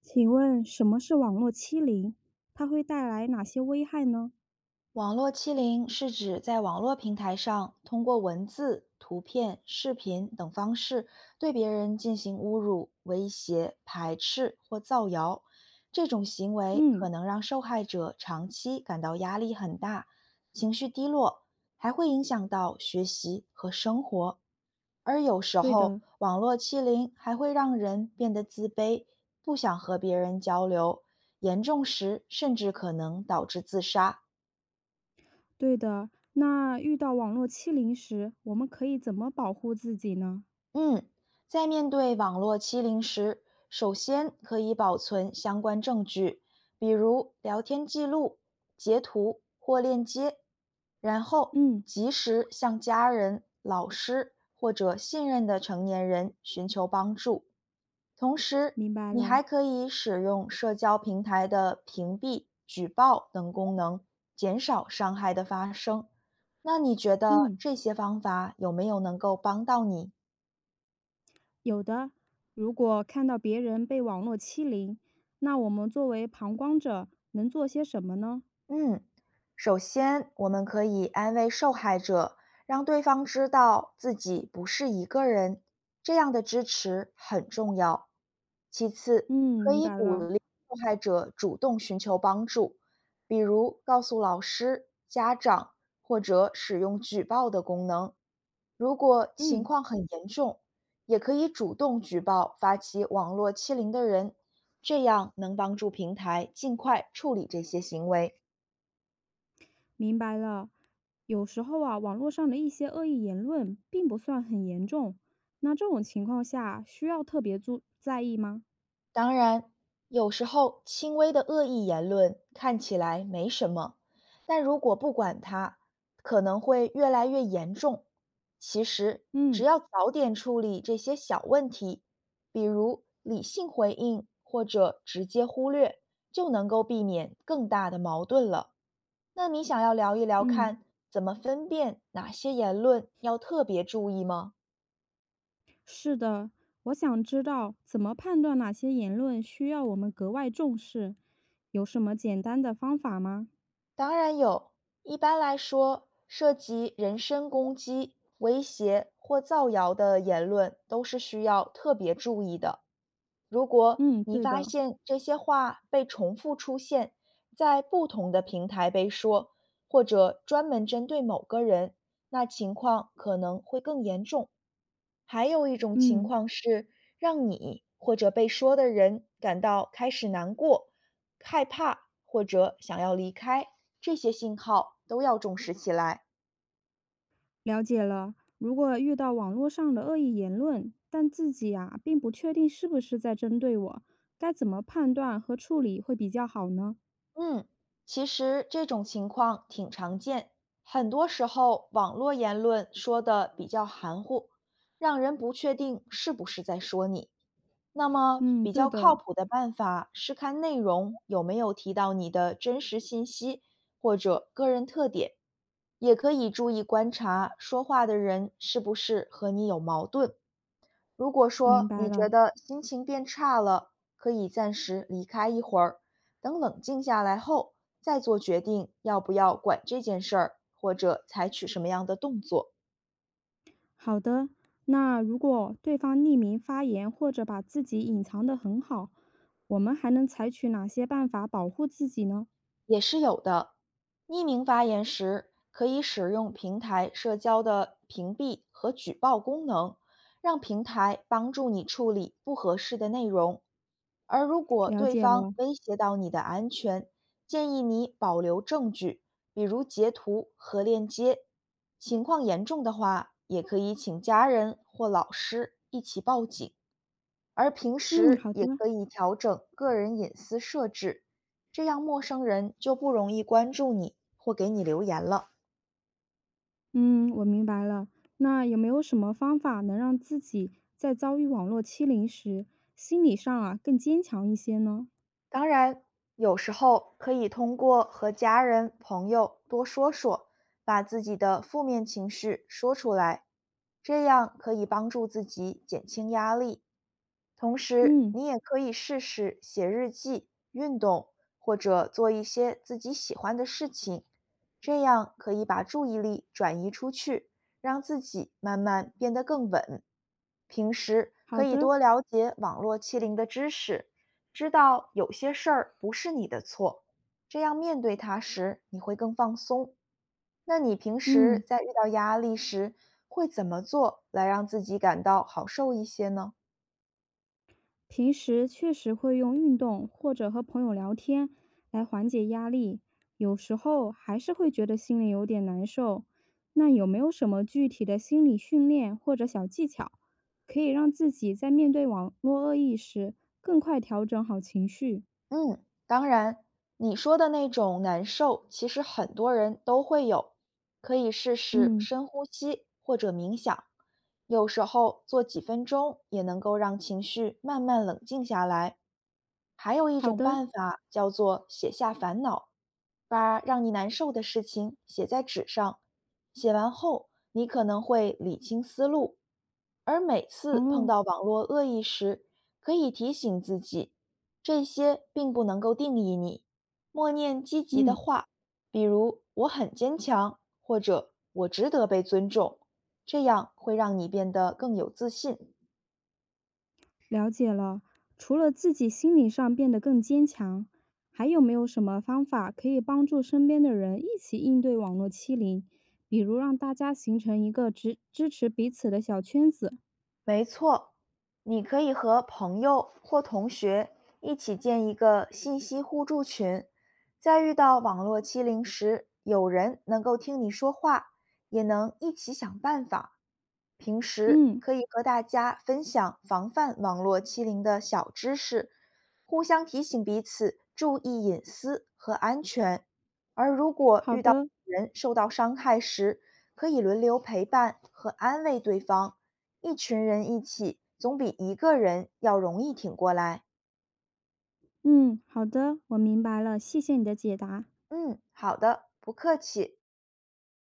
请问什么是网络欺凌？它会带来哪些危害呢？网络欺凌是指在网络平台上通过文字、图片、视频等方式对别人进行侮辱、威胁、排斥或造谣。这种行为嗯，可能让受害者长期感到压力很大，情绪低落，还会影响到学习和生活。而有时对候，的，网络欺凌还会让人变得自卑，不想和别人交流，严重时甚至可能导致自杀。对的。那遇到网络欺凌时，我们可以怎么保护自己呢？嗯，在面对网络欺凌时，首先可以保存相关证据，比如聊天记录、截图或链接，然后嗯，及时向家人、老师或者信任的成年人寻求帮助。同时，明白你了。还可以使用社交平台的屏蔽、举报等功能，减少伤害的发生。那你觉得嗯，这些方法有没有能够帮到你？有的。如果看到别人被网络欺凌，那我们作为旁观者能做些什么呢？嗯，首先，我们可以安慰受害者，让对方知道自己不是一个人，这样的支持很重要。其嗯，次，可明以白鼓了。励受害者主动寻求帮助，比如告诉老师、家长，或者使用举报的功能。如果情嗯。况很严重，也可以主动举报发起网络欺凌的人，这样能帮助平台尽快处理这些行为。明白了，有时候啊，网络上的一些恶意言论并不算很严重，那这种情况下需要特别注在意吗？当然，有时候轻微的恶意言论看起来没什么，但如果不管它，可能会越来越严重。其实，只嗯要早点处理这些小问题，比如理性回应或者直接忽略，就能够避免更大的矛盾了。那你想要聊一聊嗯，看怎么分辨哪些言论要特别注意吗？是的，我想知道怎么判断哪些言论需要我们格外重视，有什么简单的方法吗？当然有，一般来说，涉及人身攻击、威胁或造谣的言论都是需要特别注意的。如果嗯，你对发的，现这些话被重复出现，在不同的平台被说，或者专门针对某个人，那情况可能会更严重。还有一种情嗯，况是，让你或者被说的人感到开始难过、害怕或者想要离开，这些信号都要重视起来。了解了。如果遇到网络上的恶意言论，但自己啊并不确定是不是在针对我，该怎么判断和处理会比较好呢？嗯，其实这种情况挺常见，很多时候网络言论说的比较含糊，让人不确定是不是在说你。那么，嗯，比对较的，靠谱的办法是看内容有没有提到你的真实信息或者个人特点，也可以注意观察说话的人是不是和你有矛盾。如果明说白你觉了。得心情变差了，可以暂时离开一会儿，等冷静下来后再做决定要不要管这件事儿，或者采取什么样的动作。好的，那如果对方匿名发言或者把自己隐藏得很好，我们还能采取哪些办法保护自己呢？也是有的。匿名发言时，可以使用平台社交的屏蔽和举报功能，让平台帮助你处理不合适的内容。而如果了对解方了，威胁到你的安全，建议你保留证据，比如截图和链接。情况严重的话，也可以请家人或老师一起报警。而平嗯，时好的，也可以调整个人隐私设置，这样陌生人就不容易关注你或给你留言了。嗯，我明白了。那有没有什么方法能让自己在遭遇网络欺凌时，心理上啊更坚强一些呢？当然，有时候可以通过和家人、朋友多说说，把自己的负面情绪说出来，这样可以帮助自己减轻压力。同时，嗯，你也可以试试写日记、运动，或者做一些自己喜欢的事情，这样可以把注意力转移出去，让自己慢慢变得更稳。平时可好以的，多了解网络欺凌的知识。知道有些事儿不是你的错，这样面对它时你会更放松。那你平嗯。时在遇到压力时会怎么做来让自己感到好受一些呢？平时确实会用运动或者和朋友聊天来缓解压力，有时候还是会觉得心里有点难受。那有没有什么具体的心理训练或者小技巧，可以让自己在面对网络恶意时更快调整好情绪？嗯，当然，你说的那种难受，其实很多人都会有，可以试试嗯，深呼吸或者冥想，有时候做几分钟也能够让情绪慢慢冷静下来。还有一好种的。办法叫做写下烦恼，把让你难受的事情写在纸上，写完后你可能会理清思路，而每次碰哦，到网络恶意时，可以提醒自己。这些并不能够定义你。默念积极的嗯。话，比如“我很坚强”或者“我值得被尊重”，这样会让你变得更有自信。了解了，除了自己心理上变得更坚强，还有没有什么方法可以帮助身边的人一起应对网络欺凌？比如让大家形成一个支持彼此的小圈子。没错，你可以和朋友或同学一起建一个信息互助群，在遇到网络欺凌时，有人能够听你说话，也能一起想办法。平时嗯，可以和大家分享防范网络欺凌的小知识，互相提醒彼此注意隐私和安全。而如果好遇到的，人受到伤害时，可以轮流陪伴和安慰对方。一群人一起，总比一个人要容易挺过来。嗯，好的，我明白了，谢谢你的解答。嗯，好的，不客气。